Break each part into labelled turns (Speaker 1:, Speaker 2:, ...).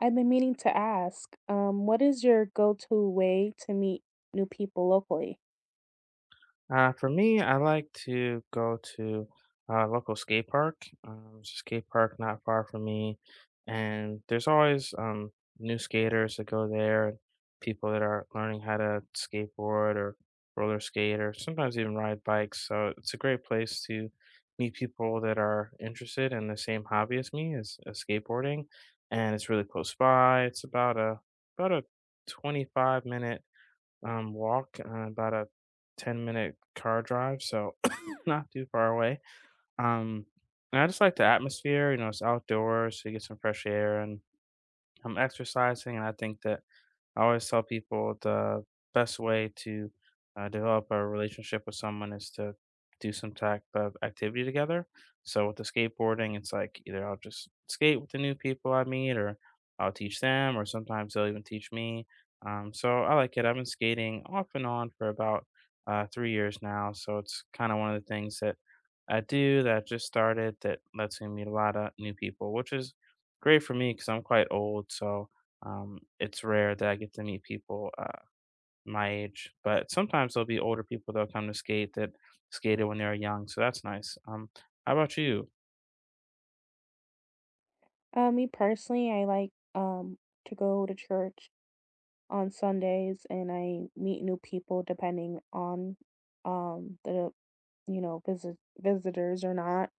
Speaker 1: I've been meaning to ask, what is your go-to way to meet new people locally?
Speaker 2: For me, I like to go to a local skate park. There's a skate park not far from me, and there's always new skaters that go there and people that are learning how to skateboard or roller skate or sometimes even ride bikes. So it's a great place to meet people that are interested in the same hobby as me as skateboarding, and it's really close by. It's about a 25 minute walk, about a 10-minute car drive, so not too far away. Um, and I just like the atmosphere, you know, it's outdoors, so you get some fresh air and I'm exercising. And I think that I always tell people the best way to develop a relationship with someone is to do some type of activity together. So with the skateboarding, it's like either I'll just skate with the new people I meet, or I'll teach them, or sometimes they'll even teach me. So I like it. I've been skating off and on for about 3 years now. So it's kind of one of the things that I do that I just started that lets me meet a lot of new people, which is great for me because I'm quite old. So it's rare that I get to meet people my age, but sometimes there'll be older people that'll come to skate that skated when they were young, so that's nice. How about you?
Speaker 1: Me personally, I like to go to church on Sundays, and I meet new people depending on the visitors or not.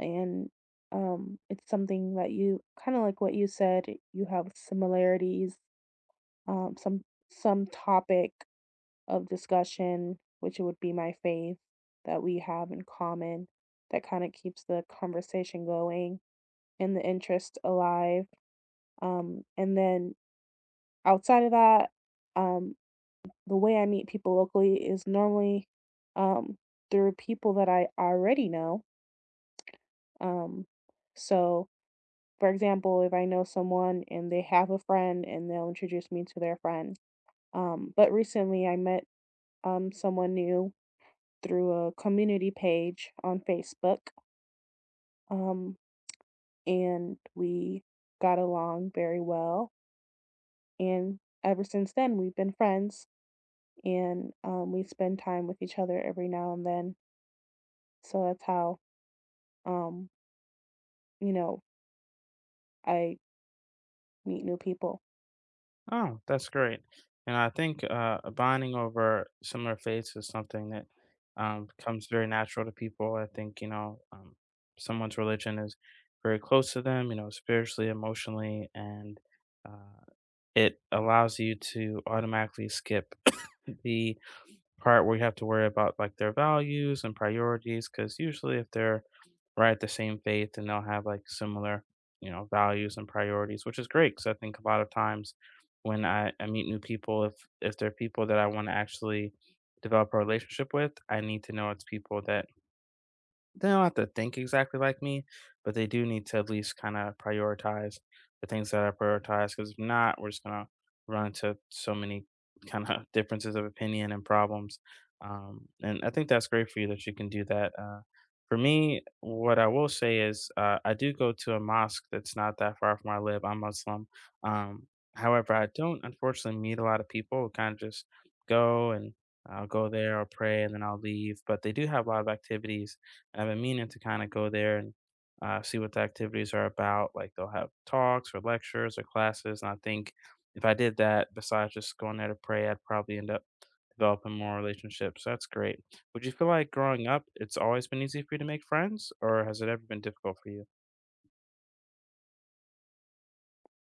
Speaker 1: And it's something that, you kind of like what you said, you have similarities, um some some topic of discussion, which would be my faith that we have in common, that kind of keeps the conversation going and the interest alive. And then outside of that, um, the way I meet people locally is normally, um, through people that I already know. Um, so, for example, if I know someone and they have a friend, and they'll introduce me to their friend. But recently I met, someone new through a community page on Facebook. Um, and we got along very well. And ever since then, we've been friends, and we spend time with each other every now and then. So that's how, um, you know, I meet new people.
Speaker 2: Oh, that's great. And I think bonding over similar faiths is something that comes very natural to people. I think you know someone's religion is very close to them, you know, spiritually, emotionally, and uh, it allows you to automatically skip the part where you have to worry about like their values and priorities because usually if they're right at the same faith and they'll have like similar you know values and priorities, which is great because I think a lot of times when I meet new people, if they're people that I want to actually develop a relationship with, I need to know it's people that they don't have to think exactly like me, but they do need to at least kinda prioritize the things that I prioritize. Because if not, we're just gonna run into so many kinda differences of opinion and problems. And I think that's great for you that you can do that. For me, what I will say is, I do go to a mosque that's not that far from where I live. I'm Muslim. Um, however, I don't unfortunately meet a lot of people, kinda just go and I'll go there, I'll pray, and then I'll leave, but they do have a lot of activities and I've been meaning to kind of go there and see what the activities are about. Like they'll have talks or lectures or classes. And I think if I did that, besides just going there to pray, I'd probably end up developing more relationships. That's great. Would you feel like growing up, it's always been easy for you to make friends, or has it ever been difficult for you?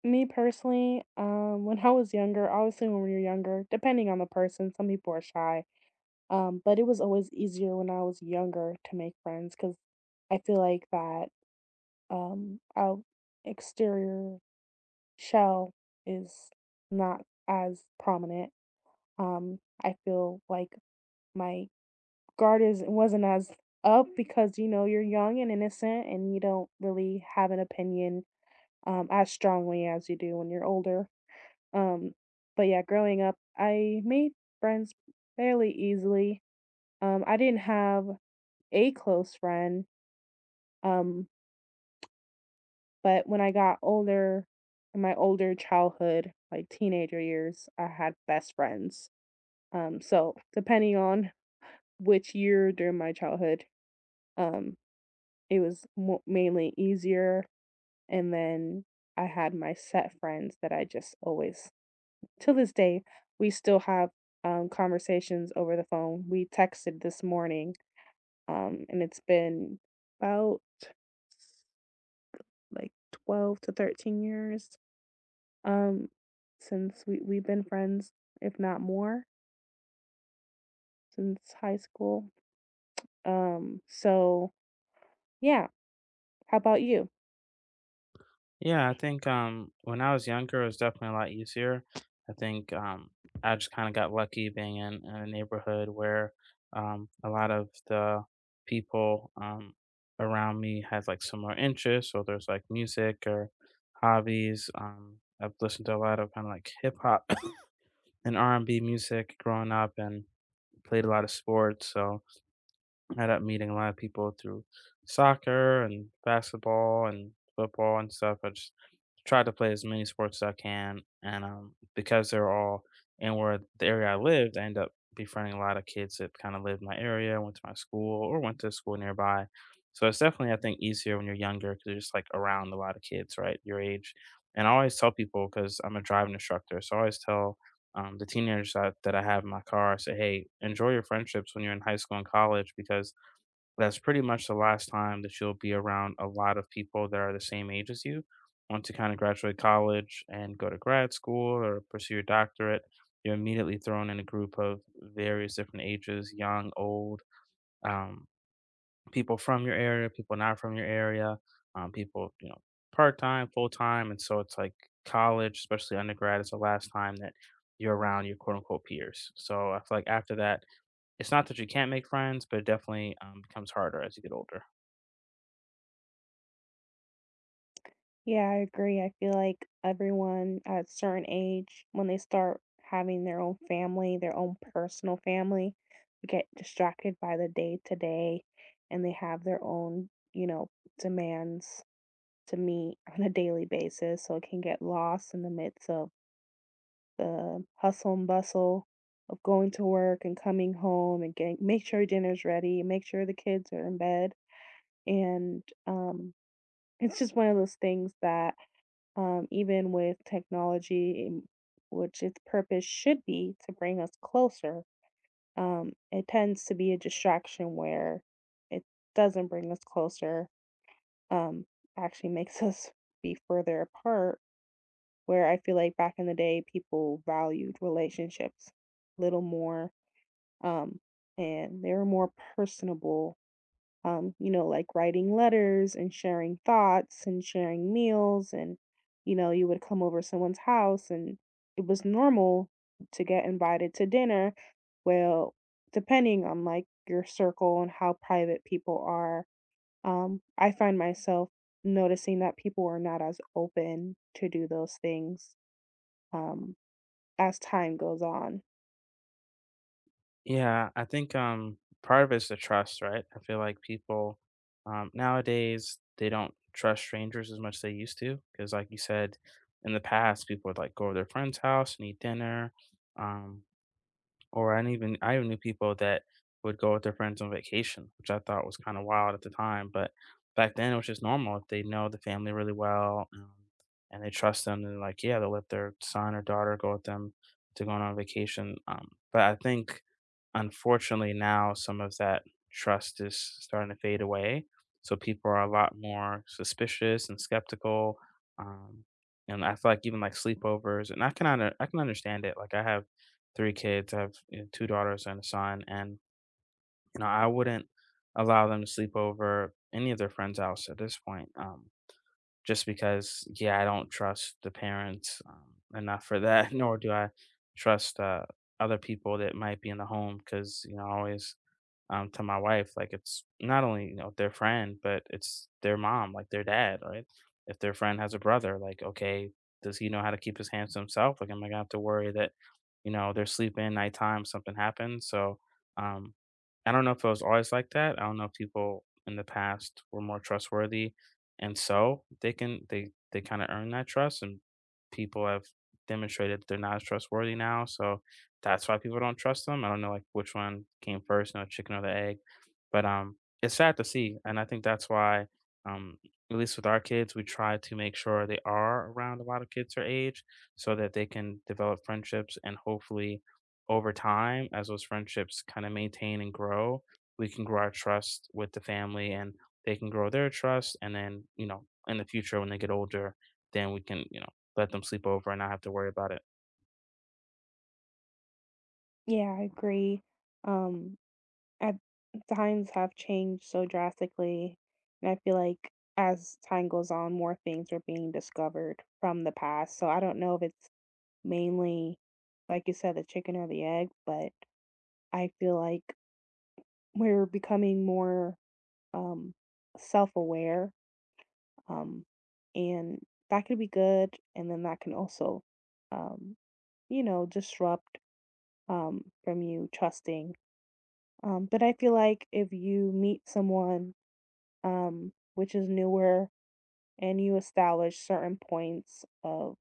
Speaker 1: Me personally, when I was younger, obviously, when you're younger, depending on the person, some people are shy. But it was always easier when I was younger to make friends, because I feel like that, our exterior shell is not as prominent. I feel like my guard is wasn't as up, because you know you're young and innocent, and you don't really have an opinion as strongly as you do when you're older. Um, but yeah, growing up, I made friends fairly easily. I didn't have a close friend. Um, But when I got older, in my older childhood, like teenager years, I had best friends. So depending on which year during my childhood, um, it was mainly easier. And then I had my set friends that I just always, till this day, we still have conversations over the phone. We texted this morning, and it's been about like 12 to 13 years, Um, since we've been friends, if not more, since high school. So yeah. How about you?
Speaker 2: Yeah, I think when I was younger, it was definitely a lot easier. I think I just kind of got lucky being in a neighborhood where a lot of the people around me had like similar interests. So there's like music or hobbies. I've listened to a lot of kind of like hip hop and R and B music growing up, and played a lot of sports. So I ended up meeting a lot of people through soccer and basketball and football and stuff. I just try to play as many sports as I can, and, because they're all in where the area I lived, I end up befriending a lot of kids that kinda lived in my area, went to my school, or went to school nearby. So it's definitely, I think, easier when you're younger because 'cause you're just, like, around a lot of kids, right, your age. And I always tell people because 'cause I'm a driving instructor, so I always tell, the teenagers that I have in my car, I say, "Hey, enjoy your friendships when you're in high school and college because that's pretty much the last time that you'll be around a lot of people that are the same age as you. Once you kind of graduate college and go to grad school or pursue your doctorate, you're immediately thrown in a group of various different ages, young, old, um, people from your area, people not from your area, people, you know, part time, full time. And so it's like college, especially undergrad, is the last time that you're around your quote unquote peers. So I feel like after that, it's not that you can't make friends, but it definitely becomes harder as you get older.
Speaker 1: Yeah, I agree. I feel like everyone at a certain age, when they start having their own family, their own personal family, they get distracted by the day to day, and they have their own, you know, demands to meet on a daily basis. So it can get lost in the midst of the hustle and bustle of going to work and coming home and getting make sure dinner's ready, make sure the kids are in bed. And it's just one of those things that, even with technology, which its purpose should be to bring us closer, it tends to be a distraction where it doesn't bring us closer, um, actually makes us be further apart, where I feel like back in the day, people valued relationships a little more, um, and they were more personable. You know, like writing letters and sharing thoughts and sharing meals, and you know, you would come over someone's house, and it was normal to get invited to dinner. Well, depending on like your circle and how private people are, I find myself noticing that people are not as open to do those things. Um, as time goes on.
Speaker 2: Yeah, I think part of it's the trust, right? I feel like people nowadays they don't trust strangers as much as they used to because like you said in the past people would like go to their friend's house and eat dinner. Um or I knew, even I even knew people that would go with their friends on vacation, which I thought was kind of wild at the time, but back then it was just normal. If they know the family really well, and they trust them, and like, yeah, they'll let their son or daughter go with them to go on vacation. But I think unfortunately now some of that trust is starting to fade away. So people are a lot more suspicious and skeptical. Um, and I feel like even like sleepovers, and I can I can understand it. Like I have 3 kids. I have, you know, 2 daughters and a son, and, you know, I wouldn't allow them to sleep over any of their friends' house at this point, just because, yeah, I don't trust the parents, enough for that, nor do I trust, other people that might be in the home. Because you know, I always to my wife. Like it's not only you know their friend, but it's their mom, like their dad, right? If their friend has a brother, like okay, does he know how to keep his hands to himself? Like am I gonna have to worry that you know they're sleeping nighttime, something happens? So um, I don't know if it was always like that. I don't know if people in the past were more trustworthy, and so they can they kind of earn that trust, and people have demonstrated they're not as trustworthy now. So that's why people don't trust them. I don't know, like, which one came first, you know, chicken or the egg, but, it's sad to see, and I think that's why, um, at least with our kids, we try to make sure they are around a lot of kids their age so that they can develop friendships, and hopefully, over time, as those friendships kinda maintain and grow, we can grow our trust with the family, and they can grow their trust, and then, you know, in the future, when they get older, then we can, you know, let them sleep over and not have to worry about it.
Speaker 1: Yeah, I agree. Um, at times have changed so drastically, and I feel like as time goes on, more things are being discovered from the past. So I don't know if it's mainly, like you said, the chicken or the egg, but I feel like we're becoming more, um, self-aware, um, and that could be good, and then that can also, um, you know, disrupt, from you trusting. But I feel like if you meet someone, which is newer, and you establish certain points of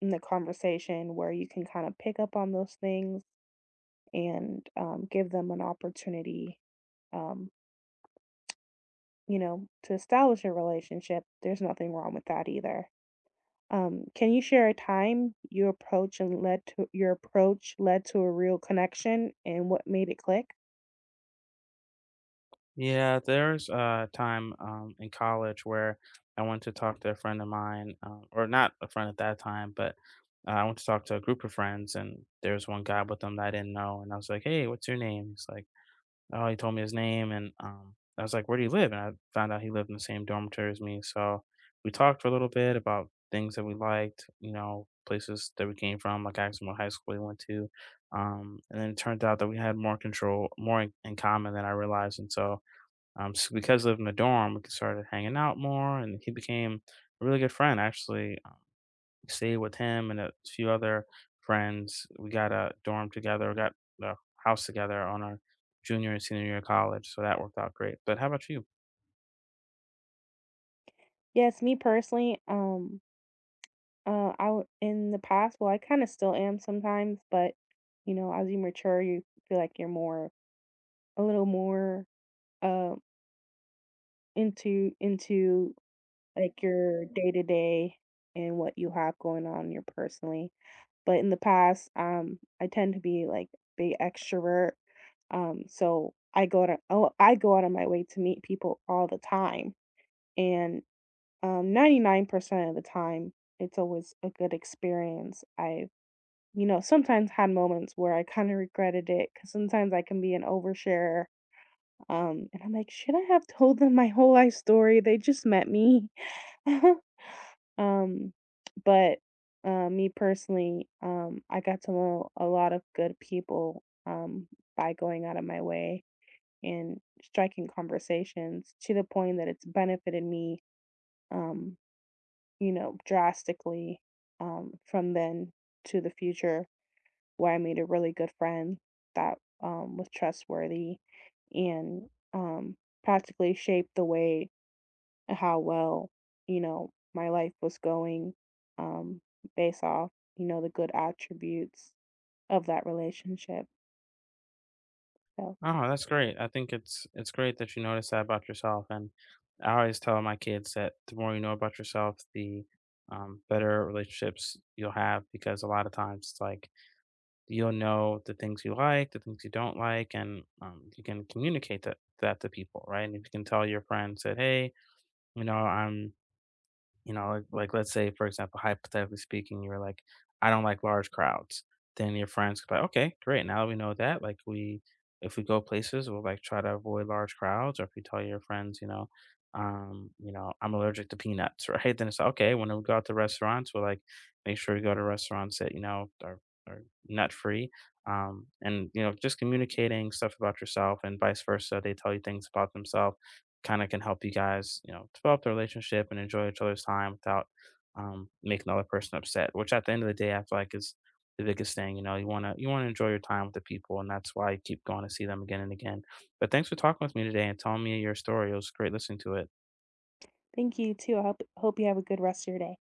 Speaker 1: in the conversation where you can kind of pick up on those things, and, give them an opportunity, um you know, to establish a relationship, there's nothing wrong with that either. Can you share a time your approach and led to your approach led to a real connection and what made it click?
Speaker 2: Yeah, there's a time in college where I went to talk to a friend of mine, or not a friend at that time, but I went to talk to a group of friends, and there was one guy with them that I didn't know, and I was like, "Hey, what's your name?" He's like, "Oh," he told me his name, and I was like, "Where do you live?" And I found out he lived in the same dormitory as me, so we talked for a little bit about things that we liked, you know, places that we came from. Like I asked him what high school he went to, and then it turned out that we had more in common than I realized, and so. So because I lived in the dorm, we could started hanging out more, and he became a really good friend. Actually, stayed with him and a few other friends. We got a dorm together, got a house together on our junior and senior year of college, so that worked out great. But how about you?
Speaker 1: Yes, me personally, in the past, well, I kind of still am sometimes, but you know, as you mature, you feel like you're more a little more uh into like your day to day, and what you have going on in your personally. But in the past, I tend to be like big extrovert. I go out of my way to meet people all the time. And 99% of the time it's always a good experience. I, you know, sometimes had moments where I kind of regretted it, because sometimes I can be an overshare. And I'm like, should I have told them my whole life story? They just met me. Um, but, me personally, I got to know a lot of good people, by going out of my way and striking conversations to the point that it's benefited me, um, you know, drastically, from then to the future, where I made a really good friend that, was trustworthy, and, practically shaped the way how well, you know, my life was going, um based off, you know, the good attributes of that relationship. So
Speaker 2: Oh, that's great. I think it's great that you notice that about yourself, and I always tell my kids that the more you know about yourself, the better relationships you'll have because a lot of times it's like you'll know the things you like, the things you don't like, and you can communicate that to people, right? And if you can tell your friends that, hey, you know, I'm you know, like, let's say, for example, hypothetically speaking, you were like, "I don't like large crowds." Then your friends could be like, "Okay, great. Now that we know that. Like, we if we go places, we'll like try to avoid large crowds." Or if you tell your friends, you know, I'm allergic to peanuts, right? Then it's like, okay. When we go out to restaurants, we'll like make sure we go to restaurants that you know are nut free. And you know, just communicating stuff about yourself and vice versa. They tell you things about themselves kind of can help you guys, you know, develop the relationship and enjoy each other's time without making the other person upset. Which at the end of the day, I feel like is the biggest thing. You know, you wanna enjoy your time with the people, and that's why you keep going to see them again and again. But thanks for talking with me today and telling me your story. It was great listening to it.
Speaker 1: thank you too. I hope you have a good rest of your day.